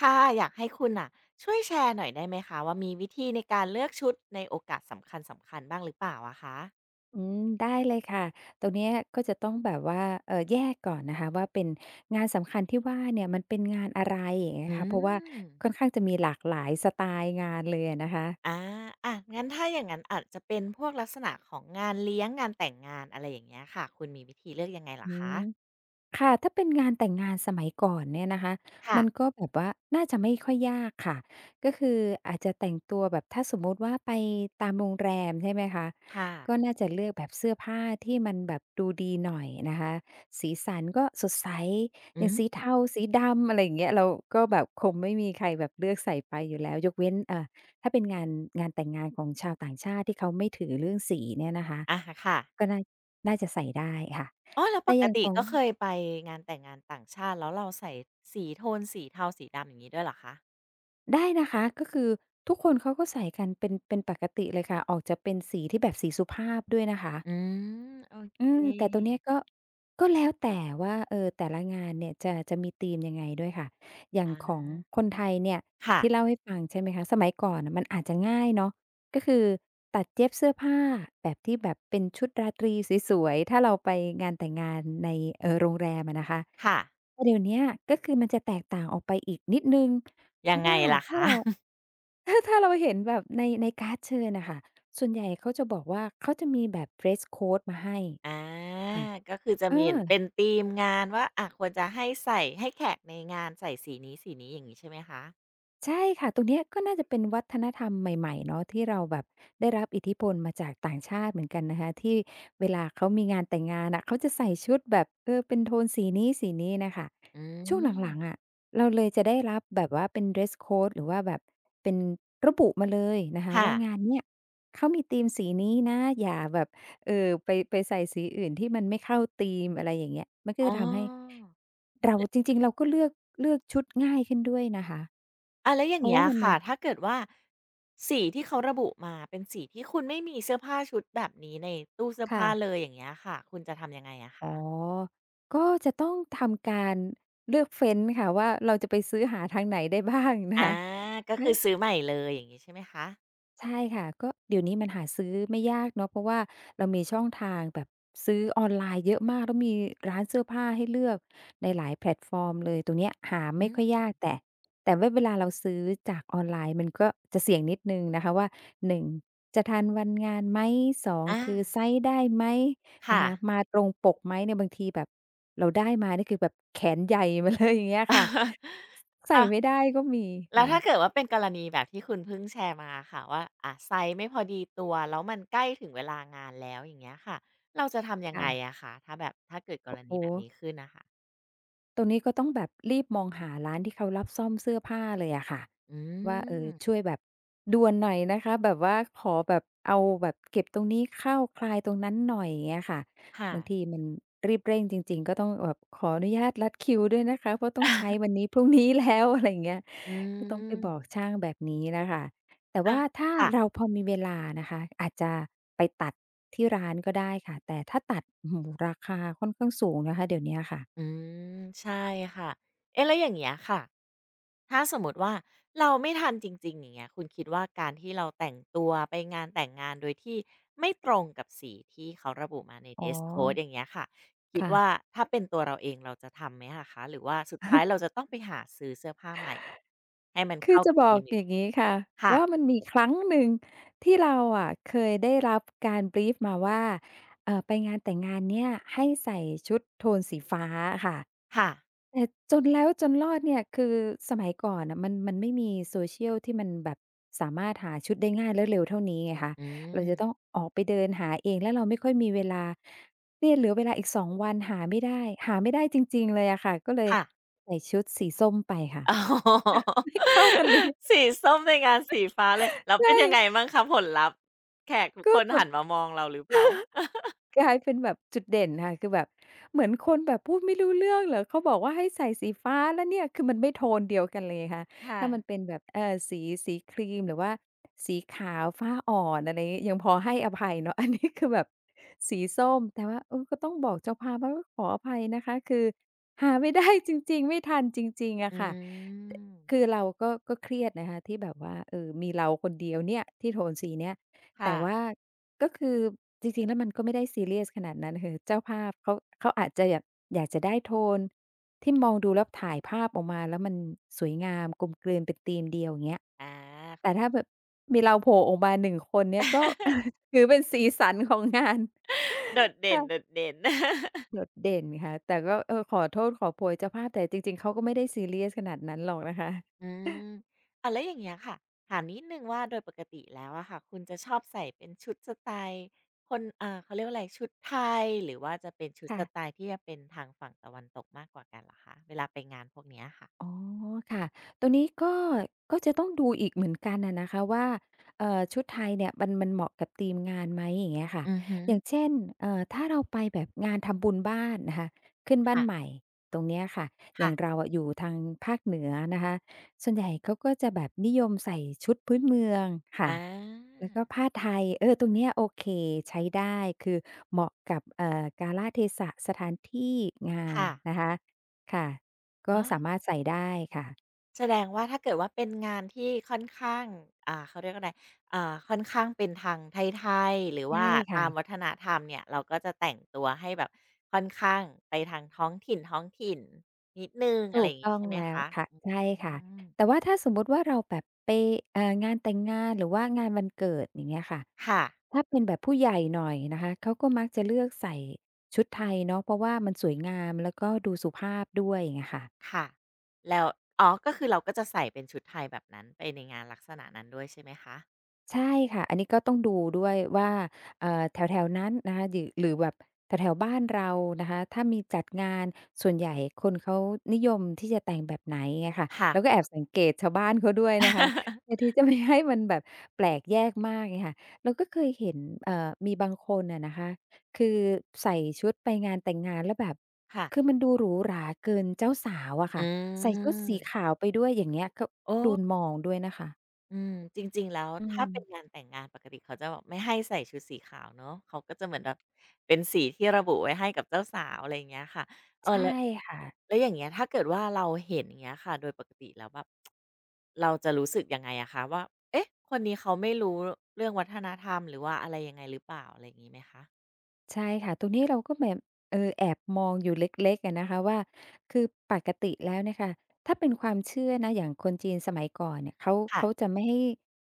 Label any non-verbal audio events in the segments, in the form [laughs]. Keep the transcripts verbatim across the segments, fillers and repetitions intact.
ค่ะอยากให้คุณอ่ะช่วยแชร์หน่อยได้ไหมคะว่ามีวิธีในการเลือกชุดในโอกาสสำคัญสำคัญบ้างหรือเปล่าอะคะอืมได้เลยค่ะ ตรงเนี้ยก็จะต้องแบบว่าเอ่อแยกก่อนนะคะว่าเป็นงานสำคัญที่ว่าเนี่ยมันเป็นงานอะไรอย่างเงี้ยอืค่ะเพราะว่ามค่อนข้างจะมีหลากหลายสไตล์งานเลยอะนะคะอาอะงั้นถ้าอย่างนั้นอาจจะเป็นพวกลักษณะของงานเลี้ยงงานแต่งงานอะไรอย่างเงี้ยค่ะคุณมีวิธีเลือกยังไงเหรออืคะม ค่ะถ้าเป็นงานแต่งงานสมัยก่อนเนี่ยนะคะค่ะมันก็แบบว่าน่าจะไม่ค่อยยากค่ะก็คืออาจจะแต่งตัวแบบถ้าสมมุติว่าไปตามโรงแรมใช่ไหมคะค่ะก็น่าจะเลือกแบบเสื้อผ้าที่มันแบบดูดีหน่อยนะคะสีสันก็สดใสอือย่างสีมเทาสีดำอะไรอย่างเงี้ยเราก็แบบคงไม่มีใครแบบเลือกใส่ไปอยู่แล้วยกเว้นเอ่อถ้าเป็นงานงานแต่งงานของชาวต่างชาติที่เขาไม่ถือเรื่องสีเนี่ยนะคะอ่ะค่ะก็น่าน่าจะใส่ได้ค่ะอ๋อแล้วปแต่กอย่างติของ ก็เคยไปงานแต่งงานต่างชาติแล้วเราใส่สีโทนสีเทาสีดำอย่างงี้ด้วยเหรอคะได้นะคะก็คือทุกคนเขาก็ใส่กันเป็นเป็นปกติเลยค่ะออกจะเป็นสีที่แบบสีสุภาพด้วยนะคะอืมโอเอืมแต่ตรงคเนี้ยก็ก็แล้วแต่ว่าเออแต่ละงานเนี่ยจะจะมีธีมยังไงด้วยค่ะอย่างของอาคนไทยเนี่ยค่ะที่เล่าให้ฟังใช่ไหมคะสมัยก่อนน่ะมันอาจจะง่ายเนาะก็คือตัดเย็บเสื้อผ้าแบบที่แบบเป็นชุดราตรีสวยๆถ้าเราไปงานแต่งงานในเอ่อโรงแรมอะนะคะค่ะแต่เดี๋ยวเนี้ยก็คือมันจะแตกต่างออกไปอีกนิดหนึ่งเพยังราะไงว่าล่ะถ้าคะ เรา [laughs] ถ้าถ้าเราเห็นแบบในในการ์ดเชิญน่ะค่ะส่วนใหญ่เขาจะบอกว่าเขาจะมีแบบ dress code มาให้อาค่ะก็คือจะเออ มีเหมือนเป็นธีมงานว่าอะควรจะให้ใส่ให้แขกในงานใส่สีนี้สีนี้อย่างงี้ใช่ไหมคะใช่ค่ะตรงเนี้ยก็น่าจะเป็นวัฒนธรรมใหม่ๆเนาะที่เราแบบได้รับอิทธิพลมาจากต่างชาติเหมือนกันนะคะที่เวลาเขามีงานแต่งงานอะเขาจะใส่ชุดแบบเออเป็นโทนสีนี้สีนี้น่ะค่ะอืช่วงหลังๆมอะเราเลยจะได้รับแบบว่าเป็น dress code หรือว่าแบบเป็นระบุมาเลยนะคะค่ะว่างานเนี้ยเขามีธีมสีนี้นะอย่าแบบเอ่อไปไปใส่สีอื่นที่มันไม่เข้าธีมอะไรอย่างเงี้ยมันก็อ๋จะทำให้อเราจริงๆเราก็เลือกเลือกชุดง่ายขึ้นด้วยนะคะ อาแล้วอย่าเพงราะเงี้ยว่ามันมีค่ะถ้าเกิดว่าสีที่เขาระบุมาเป็นสีที่คุณไม่มีเสื้อผ้าชุดแบบนี้ในตู้เสื้อค่ะ ผ้าเลยอย่างเงี้ยค่ะคุณจะทำยังไงอะอ๋อ คะก็จะต้องทำการเลือกเฟ้นค่ะว่าเราจะไปซื้อหาทางไหนได้บ้างนะ [laughs] อาคะก็คือน ซื้อใหม่เลยอย่างงี้ใช่ไหมคะใช่ค่ะก็เดี๋ยวนี้มันหาซื้อไม่ยากเนาะเพราะว่าเรามีช่องทางแบบซื้อออนไลน์เยอะมากแล้วมีร้านเสื้อผ้าให้เลือกในหลายแพลตฟอร์มเลยตรงเนี้ยหาอืไม่มค่อยยากแต่แต่ว่าเวลาเราซื้อจากออนไลน์มันก็จะเสี่ยงนิดหนึ่งนะคะว่าหนึ่งจะทันวันงานไหมสองอาคือไซซ์ได้ไหมนะค่ะ คะมาตรงปกไหมเนี่ยบางทีแบบเราได้มานี่คือแบบแขนใหญ่มาเลยอย่างเงี้ยค่ะ [laughs] ใส่ไม่อา ได้ก็มีแล้วค่ะถ้าเกิดว่าเป็นกรณีแบบที่คุณเพิ่งแชร์มาค่ะว่าอ่ะไซซ์ไม่พอดีตัวแล้วมันใกล้ถึงเวลางานแล้วอย่างเงี้ยค่ะเราจะทำยังค่ะไงอะคะถ้าแบบถ้าเกิดกรโอ้โฮ ณีแบบนี้ขึ้นน่ะค่ะตรงนี้ก็ต้องแบบรีบมองหาร้านที่เขารับซ่อมเสื้อผ้าเลยอะค่ะอืว่าเออช่มวยแบบด่วนหน่อยนะคะแบบว่าขอแบบเอาแบบเก็บตรงนี้เข้าคลายตรงนั้นหน่อยอย่างเงี้ยค่ะค่ะบางทีมันรีบเร่งจริงๆก็ต้องแบบขออนุญาตรัดคิวด้วยนะคะเพราะต้องใช้วันนี้พรุ่งนี้แล้วอะไรอย่างเงี้ยอืก็ต้องไปบอกมช่างแบบนี้น่ะค่ะแต่อาว่าถ้าค่ะ เราพอมีเวลานะคะอาจจะไปตัดที่ร้านก็ได้ค่ะแต่ถ้าตัดโอ้โฮราคาค่อนข้างสูงนะคะเดี๋ยวเนี้ยค่ะอืมใช่ค่ะเอ๊ะแล้วอย่างเงี้ยค่ะถ้าสมมติว่าเราไม่ทันจริงๆอย่างเงี้ยคุณคิดว่าการที่เราแต่งตัวไปงานแต่งงานโดยที่ไม่ตรงกับสีที่เขาระบุมาใน อ๋อ dress code อย่างเงี้ยค่ะคิดว่าค่ะ ถ้าเป็นตัวเราเองเราจะทำไหมอะคะหรือว่าสุดท้ายเราจะต้องไปหาซื้อเสื้อผ้าใหม่ให้มันคือเข้าจะกับบอธีกมอยู่อย่าดีงงี้ค่ะว่ามัค่ะนมีครั้งหนึ่งที่เราอะเคยได้รับการบรีฟมาว่าเอ่อไปงานแต่งงานเนี่ยให้ใส่ชุดโทนสีฟ้าค่ะค่ะแต่จนแล้วจนรอดเนี่ยคือสมัยก่อนน่ะมันมันไม่มี social ที่มันแบบสามารถหาชุดได้ง่ายและเร็วเท่านี้ไงคะอืเราจะต้องมออกไปเดินหาเองแล้วเราไม่ค่อยมีเวลาเนี่ยเหลือเวลาอีกสองวันหาไม่ได้หาไม่ได้จริงๆเลยอะค่ะก็เลยค่ะ ใส่ชุดสีส้มไปค่ะ [laughs] อ๋อ [laughs] ไม่เข้ากันเลย [laughs] สีส้มในงานสีฟ้าเลยแล้วใช่เป็นยังไงบ้างคะผลลัพธ์แขกทุกก็คนแบหับนมามองเราหรือเปล่า [laughs] กลายเป็นแบบจุดเด่นค่ะคือแบบเหมือนคนแบบพูดไม่รู้เรื่องเหรอเขาบอกว่าให้ใส่สีฟ้าแล้วเนี่ยคือมันไม่โทนเดียวกันเลยค่ะค่ะถ้ามันเป็นแบบเอ่อสีสีครีมหรือว่าสีขาวฟ้าอ่อนอะไรงี้ยังพอให้อภัยเนาะ [laughs] อันนี้คือแบบสีส้มแต่ว่าเออก็ต้องบอกเจ้าภาพว่าขออภัยนะคะคือหาไม่ได้จริงๆไม่ทันจริงๆอะอืค่ะตคือมเราก็ก็เครียดนะคะที่แบบว่าเออมีเราคนเดียวเนี่ยที่โทนสีเนี้ยแต่ค่ะว่า ก็คือจริงๆแล้วมันก็ไม่ได้ซีเรียสขนาดนั้นคือเจ้าภาพเขาเขาอาจจะอยากอยากจะได้โทนที่มองดูแล้วถ่ายภาพออกมาแล้วมันสวยงามกลมกลืนเป็นธีมเดียวอย่างเงี้ยอาแต่เข้า ถ้าแบบมีเราโผล่ออกมาหนึ่งคนเนี่ยก็ [laughs] ถือเป็นสีสันของงาน โดด [laughs] เด่นโดค่ะดเด่น [laughs] โดดเด่นค่ะแต่ก็เออขอโทษขอโพยเจ้าภาพแต่จริงๆเขาก็ไม่ได้ซีเรียสขนาดนั้นหรอกนะคะอืมอ่าแล้วอย่างเงี้ยค่ะถามนิดนึงว่าโดยปกติแล้วอะค่ะคุณจะชอบใส่เป็นชุดสไตล์คนอ่าเขาเรียกว่าอะไรชุดไทยหรือว่าจะเป็นชุดค่ะ สไตล์ที่จะเป็นทางฝั่งตะวันตกมากกว่ากันเหรอคะเวลาไปงานพวกเนี้ยค่ะอ๋อค่ะตรงนี้ก็ก็จะต้องดูอีกเหมือนกันนะนะคะว่าเอ่อชุดไทยเนี่ยมันมันเหมาะกับธีมงานไหมอย่างเงี้ยค่ะอือฮึอย่างเช่นเอ่อถ้าเราไปแบบงานทำบุญบ้านนะคะขึ้นบ้านค่ะ ใหม่ตรงเนี้ยค่ะอย่างเราค่ะอะอยู่ทางภาคเหนือนะคะส่วนใหญ่เขาก็จะแบบนิยมใส่ชุดพื้นเมืองอค่ะแล้วาก็ผ้าไทยเออตรงเนี้ยโอเคใช้ได้คือเหมาะกับเอ่อกาลเทศะสถานที่งานค่ะนะคะค่ะ ก็อ๋อสามารถใส่ได้ค่ะแสดงว่าถ้าเกิดว่าเป็นงานที่ค่อนข้างอ่าเขาเรียกว่าอะไรอ่าค่อนข้างเป็นทางไทยๆหรือว่าใช่ค่ะตามวัฒนธรรมเนี่ยเราก็จะแต่งตัวให้แบบค่อนข้างไปทางท้องถิ่นท้องถิ่นนิดหนึ่งอะถูไรอกย่างงี้ต้องใช่ไหมแล้วคะค่ะใช่อืค่ะมแต่ว่าถ้าสมมุติว่าเราแบบไปเอ่องานแต่งงานหรือว่างานวันเกิดอย่างเงี้ยค่ะค่ะถ้าเป็นแบบผู้ใหญ่หน่อยนะคะเขาก็มักจะเลือกใส่ชุดไทยเนาะเพราะว่ามันสวยงามแล้วก็ดูสุภาพด้วยอย่างเงี้ยค่ะ ค่ะแล้วอ๋อก็คือเราก็จะใส่เป็นชุดไทยแบบนั้นไปในงานลักษณะนั้นด้วยใช่ไหมคะใช่ค่ะอันนี้ก็ต้องดูด้วยว่าเอ่อแถวๆนั้นนะคะหรือหรือแบบแถวๆบ้านเรานะคะถ้ามีจัดงานส่วนใหญ่คนเขานิยมที่จะแต่งแบบไหนไงค่ะค่ะ แล้วก็แอบสังเกตชาวบ้านเขาด้วยนะคะเพื่ [laughs] อที่จะไม่ให้มันแบบแปลกแยกมากไงค่ะเราก็เคยเห็นเอ่อมีบางคนอะนะคะคือใส่ชุดไปงานแต่งงานแล้วแบบคือค่ะมันดูหรูหราเกินเจ้าสาวอะอืค่ะใส่ชุดสีขามวไปด้วยอย่างเงี้ยก็โอ้ โดนมองด้วยนะคะอืมจริงๆแล้วอืถ้าเป็นงาม นแต่งงานปกติเขาจะแบบไม่ให้ใส่ชุดสีขาวเนาะเขาก็จะเหมือนแบบเป็นสีที่ระบุไว้ให้กับเจ้าสาวอะไรอย่างเงี้ยค่ะเออใช่แล้วค่ะแล้วอย่างเงี้ยถ้าเกิดว่าเราเห็นอย่างเงี้ยค่ะโดยปกติแล้วแบบเราจะรู้สึกยังไงอะคะว่าเอ๊ะคนนี้เขาไม่รู้เรื่องวัฒนธรรมหรือว่าอะไรยังไงหรือเปล่าอะไรอย่างงี้ไหมคะใช่ค่ะตรงนี้เราก็แบบเออแอบมองอยู่เล็กๆอะนะคะว่าคือปกติแล้วเนี่ยค่ะถ้าเป็นความเชื่อนะอย่างคนจีนสมัยก่อนเนี่ยเขาเขาค่ะจะไม่ให้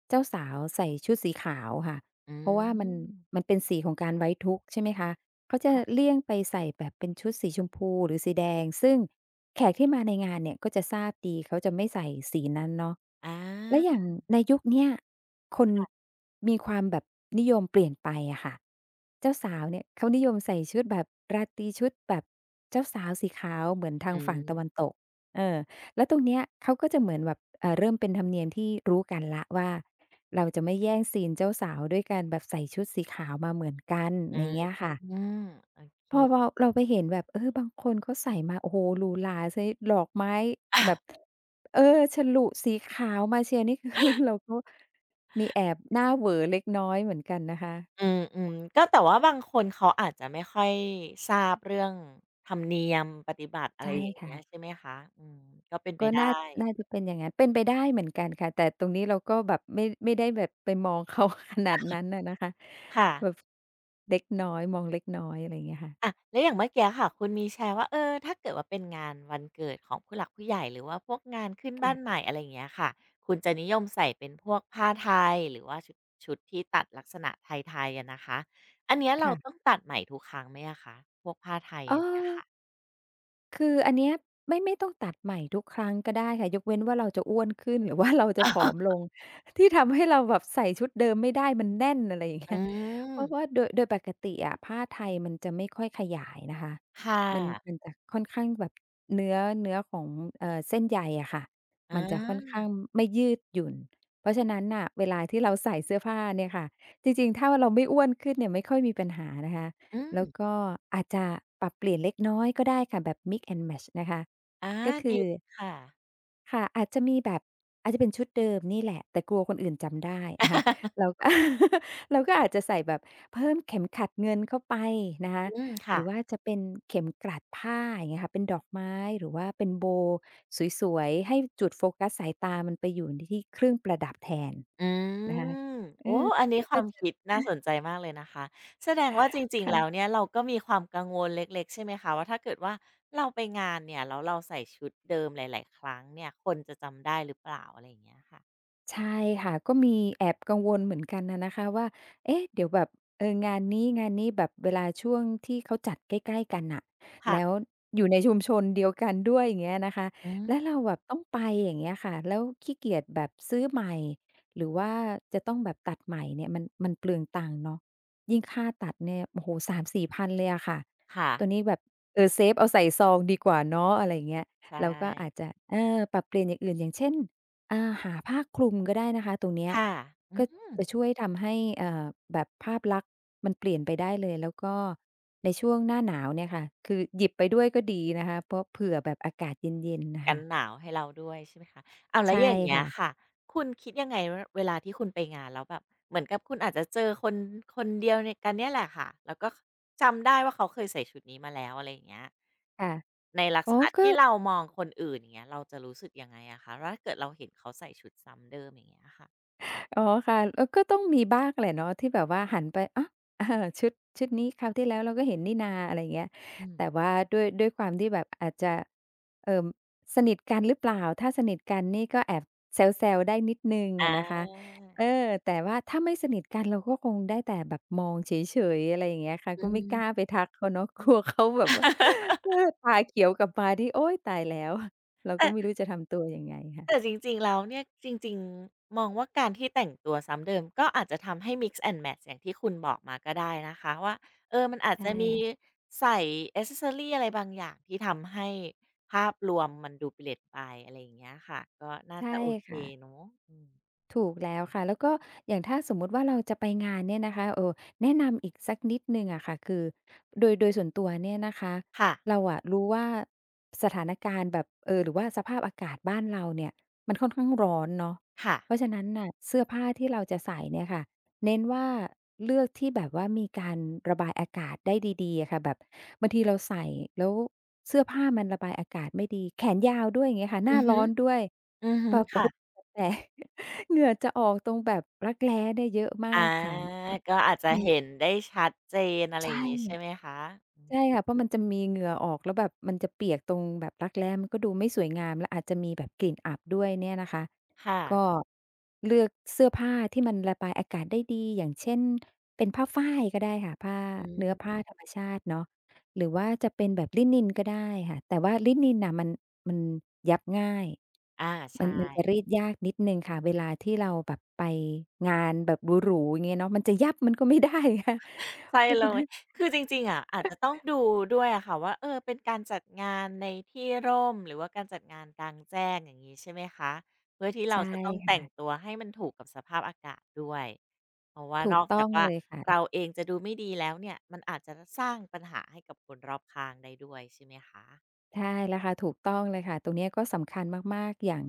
เจ้าสาวใส่ชุดสีขาวค่ะอืเพราะว่ามันมัมนเป็นสีของการไว้ทุกข์ใช่ไหมคะ เขาจะค่ะเลี่ยงไปใส่แบบเป็นชุดสีชมพูหรือสีแดง ซึ่งแขกที่มาในงานเนี่ยก็จะทราบดีเขาจะไม่ใส่สีนั้นเนาะอและอาย่างในยุคเนี้ยคนมีความแบบนิยมเปลี่ยนไปอะค่ะเจ้าสาวเนี่ยเขานิยมใส่ชุดแบบราตรีชุดแบบเจ้าสาวสีขาวเหมือนทาอืงฝั่งตะวันมตกเออแล้วตรงเนี้ยเขาก็จะเหมือนแบบเอ่อเริ่มเป็นธรรมเนียมที่รู้กันแล้วว่าเราจะไม่แย่งซีนเจ้าสาวด้วยการแบบใส่ชุดสีขาวมาเหมือนกันอืไรมเงี้ยค่ะ โอเค พอเราเราไปเห็นแบบเออบางคนเขาใส่มาโอ้โฮหรูหราใช้ดอกไม้แบบเออฉลุสีขาวมาเชียร์นี่คือเราก็มีแอบหน้าเหวอเล็กน้อยเหมือนกันนะคะอืมอืมก็แต่ว่าบางคนเขาอาจจะไม่ค่อยทราบเรื่องธรรมเนียมปฏิบัติอะไรใช่อย่างเงี้ค่ะยใช่ไหมคะอืมก็เป็นไปก็ได้น่าน่าจะเป็นอย่างงั้นเป็นไปได้เหมือนกันค่ะแต่ตรงนี้เราก็แบบไม่ไม่ได้แบบไปมองเขาขนาดนั้นน่ะนะคะค่ะแบบเล็กน้อยมองเล็กน้อยอะไรอย่างเงี้ยอะค่ะแล้วอย่างเมื่อกี้ค่ะคุณมีแชร์ว่าเออถ้าเกิดว่าเป็นงานวันเกิดของผู้หลักผู้ใหญ่หรือว่าพวกงานขึ้นบ้านใหค่ะม่อะไรอย่างเงี้ยค่ะคุณจะนิยมใส่เป็นพวกผ้าไทยหรือว่าชุดชุดที่ตัดลักษณะไทยๆอะนะคะอันเนี้ยเราต้อค่ะงตัดใหม่ทุกครั้งไหมอะคะพวกผ้าไทยเออันเนี้ยอ ค่ะ คืออันเนี้ยไม่ไม่ต้องตัดใหม่ทุกครั้งก็ได้ค่ะยกเว้นว่าเราจะอ้วนขึ้น [laughs] หรือว่าเราจะผอม [laughs] ลงที่ทำให้เราแบบใส่ชุดเดิมไม่ได้มันแน่นอะไรอย่างอืเงี้ย [laughs] เพราะว่ามโดยโดยปกติอะผ้าไทยมันจะไม่ค่อยขยายนะคะค่มันมัะนจะค่อนข้างแบบเนื้อเนื้อของเอ่อเส้นใยอะค่ะอมันจะค่อนข้าางไม่ยืดหยุ่นเพราะฉะนั้นน่ะเวลาที่เราใส่เสื้อผ้าเนี่ยค่ะจริงๆถ้าว่าเราไม่อ้วนขึ้นเนี่ยไม่ค่อยมีปัญหานะคะ อืม แล้วก็อาจจะปรับเปลี่ยนเล็กน้อยก็ได้ค่ะแบบ Mix and Match นะคะอาก็ดีคือค่ะค่ะอาจจะมีแบบอาจจะเป็นชุดเดิมนี่แหละแต่กลัวคนอื่นจำได้อะค่ะเรา [laughs] เรา [laughs] ก็อาจจะใส่แบบเพิ่มเข็มขัดเงินเข้าไปนะคะอืม [laughs] หค่ะรือว่าจะเป็นเข็มกลัดผ้าอย่างเงี้ยค่ะเป็นดอกไม้หรือว่าเป็นโบว์สวยๆให้จุดโฟกัสสายตามันไปอยู่ที่เครื่องประดับแทนอืนะคะมเอโอ้ออันนี้คก็วามจะคิดน่าสนใจมากเลยนะคะ แสดงว่าจริงๆแล้วค่ะ เนี่ยเราก็มีความกังวลเล็กๆใช่ไหมคะว่าถ้าเกิดว่าเราไปงานเนี่ยแล้วเราใส่ชุดเดิมหลายๆครั้งเนี่ยคนจะจำได้หรือเปล่าอะไรอย่างเงี้ยค่ะใช่ค่ะก็มีแอบกังวลเหมือนกันนะนะคะว่าเอ๊ะเดี๋ยวแบบเอองานนี้งานนี้แบบเวลาช่วงที่เขาจัดใกล้ๆกันน่ะค่ะแล้วอยู่ในชุมชนเดียวกันด้วยอย่างเงี้ยนะคะอืแล้วมเราแบบต้องไปอย่างเงี้ยค่ะแล้วขี้เกียจแบบซื้อใหม่หรือว่าจะต้องแบบตัดใหม่เนี่ยมันมันเปลืองตังค์เนาะยิ่งค่าตัดเนี่ยโอ้โฮสามสี่พันเลยอะค่ะค่ะ ตัวนี้แบบเออเซฟเอาใส่ซองดีกว่าเนาะอะไรอย่างเงี้ยใช่ เราก็อาจจะเออปรับเปลี่ยนอย่างอื่นอย่างเช่น อาหาผ้าคลุมก็ได้นะคะตรงเนี้ยค่ะอืก็ม จะช่วยทำให้เอ่อแบบภาพลักษณ์มันเปลี่ยนไปได้เลยแล้วก็ในช่วงหน้าหนาวเนี่ยค่ะคือหยิบไปด้วยก็ดีนะคะเพราะเผื่อแบบอากาศเย็นๆน่ะกันค่ะหนาวให้เราด้วยใช่ไหมคะอ้าวแล้วใช่อย่างเงี้ยค่ะค่ะคุณคิดยังไงวาเวลาที่คุณไปงานแล้วแบบเหมือนกับคุณอาจจะเจอคนคนเดียวในกันเนี่ยแหละค่ะแล้วก็จำได้ว่าเขาเคยใส่ชุดนี้มาแล้วอะไรอย่างเงี้ยค่ะในลักอ๋ษอณะก็ ที่เรามองคนอื่นอย่างเงี้ยเราจะรู้สึกยังไงอะคะแล้วถ้าเกิดเราเห็นเขาใส่ชุดซ้ำเดิมอย่างเงี้ยค่ะอ๋อค่ะเออก็ต้องมีบ้างแหละเนาะที่แบบว่าหันไปอ้าเออ [laughs] ชุดชุดนี้คราวที่แล้วเราก็เห็นนี่นาอะไรอย่างเงี้ยอืมแต่ว่าด้วยด้วยความที่แบบอาจจะเอ่อสนิทกันหรือเปล่าถ้าสนิทกันนี่ก็แอบแซวๆได้นิดหนึ่งออะนะคะาเออแต่ว่าถ้าไม่สนิทกันเราก็คงได้แต่แบบมองเฉยๆอะไรอย่างเงี้ยค่ะก็อืไม่กล้าไปม ทักเขาเนาะ [laughs] กลัวเขาแบบว่า [laughs] เออตาเขียวกลับมานี่โอ๊ยตายแล้วเราก็ไม่รู้จะทำตัวยังไงแต่ค่ะจริงๆแล้วเนี่ยจริงๆมองว่าการที่แต่งตัวซ้ำเดิมก็อาจจะทำให้ mix and match อย่างที่คุณบอกมาก็ได้นะคะว่าเออมันอาจจะใช่มีค่ะใส่แอ็กเซสซอรีอะไรบางอย่างที่ทำให้ภาพรวมมันดูเปลี่ยนไปอะไรอย่างเงี้ยค่ะก็น่าใช่จะโอเคค่ะ เนาะอืมถูกแล้วค่ะแล้วก็อย่างถ้าสมมุติว่าเราจะไปงานเนี่ยนะคะเอ่อแนะนำอีกสักนิดหนึ่งอะค่ะคือโดยโดยส่วนตัวเนี่ยนะคะค่ะเราอะรู้ว่าสถานการณ์แบบเอ่อหรือว่าสภาพอากาศบ้านเราเนี่ยมันค่อนข้างร้อนเนาะค่ะเพราะฉะนั้นน่ะเสื้อผ้าที่เราจะใส่เนี่ยค่ะเน้นว่าเลือกที่แบบว่ามีการระบายอากาศได้ดีๆอะค่ะแบบบางทีเราใส่แล้วเสื้อผ้ามันระบายอากาศไม่ดีแขนยาวด้วยอย่างเงี้ยค่ะหอืน้าอฮึร้อนด้วยอือฮึแบบโอ้ค่ะโฮแต่ เหงื่อจะออกตรงแบบรักแร้เนี่ยเยอะมาอากค่ะก็อาจจะมันเห็นได้ชัดเจนอะไรอใช่ ย่างงี้ใช่ไหมคะใช่ค่ะเพราะมันจะมีเหงื่อออกแล้วแบบมันจะเปียกตรงแบบรักแร้มันก็ดูไม่สวยงามและอาจจะมีแบบกลิ่นอับด้วยเนี่ยนะคะค่ะก็เลือกเสื้อผ้าที่มันระบายอากาศได้ดีอย่างเช่นเป็นผ้าฝ้ายก็ได้ค่ะผ้าอืเนื้มอผ้าธรรมชาติเนาะหรือว่าจะเป็นแบบลินินก็ได้ค่ะแต่ว่าลินินน่ะมันมันยับง่ายอามัใช่ นมันจะรีดยากนิดนึงค่ะเวลาที่เราแบบไปงานแบบหรูๆอย่างเงี้ยเนาะมันจะยับมันก็ไม่ได้ค่ะใช่เพราะเลฉะยนั้นคือจริงๆ อะอาจจะต้องดูด้วยอะค่ะว่าเออเป็นการจัดงานในที่ร่มหรือว่าการจัดงานกลางแจ้งอย่างงี้ใช่ไหมคะเพื่อที่เราใช่จะต้องแต่งค่ะ ตัวให้มันถูกกับสภาพอากาศด้วยเพราะว่าถูนกอกต้จาอกงว่าเลยค่ะเราเองจะดูไม่ดีแล้วเนี่ยมันอาจจะสร้างปัญหาให้กับคนรอบข้างได้ด้วยใช่ไหมคะใช่แล้วค่ะถูกต้องเลยค่ะตรงเนี้ยก็สำคัญมากๆอย่าง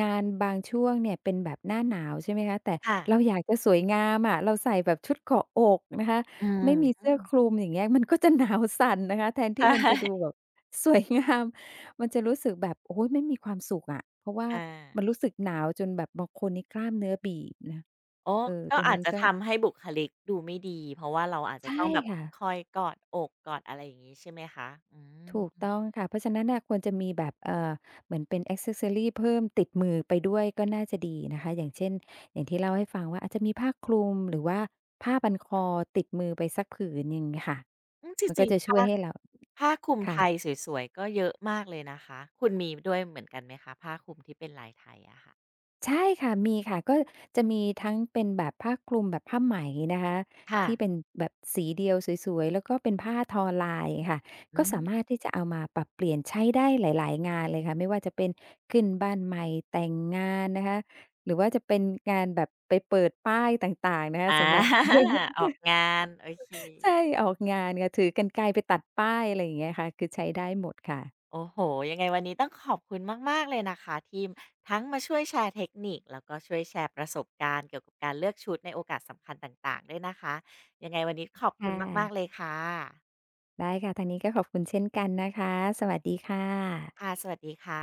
งานบางช่วงเนี่ยเป็นแบบหน้าหนาวใช่ไหมคะแต่ค่ะเราอยากจะสวยงามอะเราใส่แบบชุดเกาะอกนะคะอือไม่มีฮึเสื้อคลุมอย่างเงี้ยมันก็จะหนาวสั่นนะคะแทนใชที่มันจะดู่แบบสวยงามมันจะรู้สึกแบบโอ๊ยไม่มีความสุขอะเพราะว่าอา มันรู้สึกหนาวจนแบบบางคนนี่กล้ามเนื้อบีบนะโอ้เออก็ตรงอาจนั้นจะก็ทำให้บุคลิกดูไม่ดีเพราะว่าเราอาจจะต้ใช่องแบบค่ะ คอยกอดอกกอดอะไรอย่างงี้ใช่ไหมคะอืถูกมต้องค่ะเพราะฉะนั้นน่ะควรจะมีแบบเอ่อเหมือนเป็น ซี เซสซอรีเพิ่มติดมือไปด้วยก็น่าจะดีนะคะอย่างเช่นอย่างที่เล่าให้ฟังว่าอาจจะมีผ้าคลุมหรือว่าผ้าบันคอติดมือไปสักผืนอย่างงี้ค่ะอืมจมันก็ริงจะๆช่ผ้าวยให้เราผ้าคลุมไทยค่ะ สวยๆก็เยอะมากเลยนะคะคุณมีด้วยเหมือนกันไหมคะผ้าคลุมที่เป็นลายไทยอะค่ะใช่ค่ะมีค่ะก็จะมีทั้งเป็นแบบผ้าคลุมแบบผ้าไหมนะคะค่ะที่เป็นแบบสีเดียวสวยๆแล้วก็เป็นผ้าทอลายค่ะอืก็สามารถมที่จะเอามาปรับเปลี่ยนใช้ได้หลายๆงานเลยค่ะไม่ว่าจะเป็นขึ้นบ้านใหม่แต่งงานนะคะหรือว่าจะเป็นงานแบบไปเปิดป้ายต่างๆนะคะอา สำหรับ [laughs] อ [laughs] อกงานโอเค ใช่ออกงานค่ะถือกรรไกรไปตัดป้ายอะไรอย่างเงี้ยค่ะคือใช้ได้หมดค่ะโอ้โห ยังไงวันนี้ต้องขอบคุณมากๆเลยนะคะทีมทั้งมาช่วยแชร์เทคนิคแล้วก็ช่วยแชร์ประสบการณ์เกี่ยวกับการเลือกชุดในโอกาสสำคัญต่างๆด้วยนะคะยังไงวันนี้ขอบคุค่ณมากๆเลยะค่ะได้ค่ะทางนี้ก็ขอบคุณเช่นกันนะคะสวัสดีค่ะค่ะสวัสดีค่ะ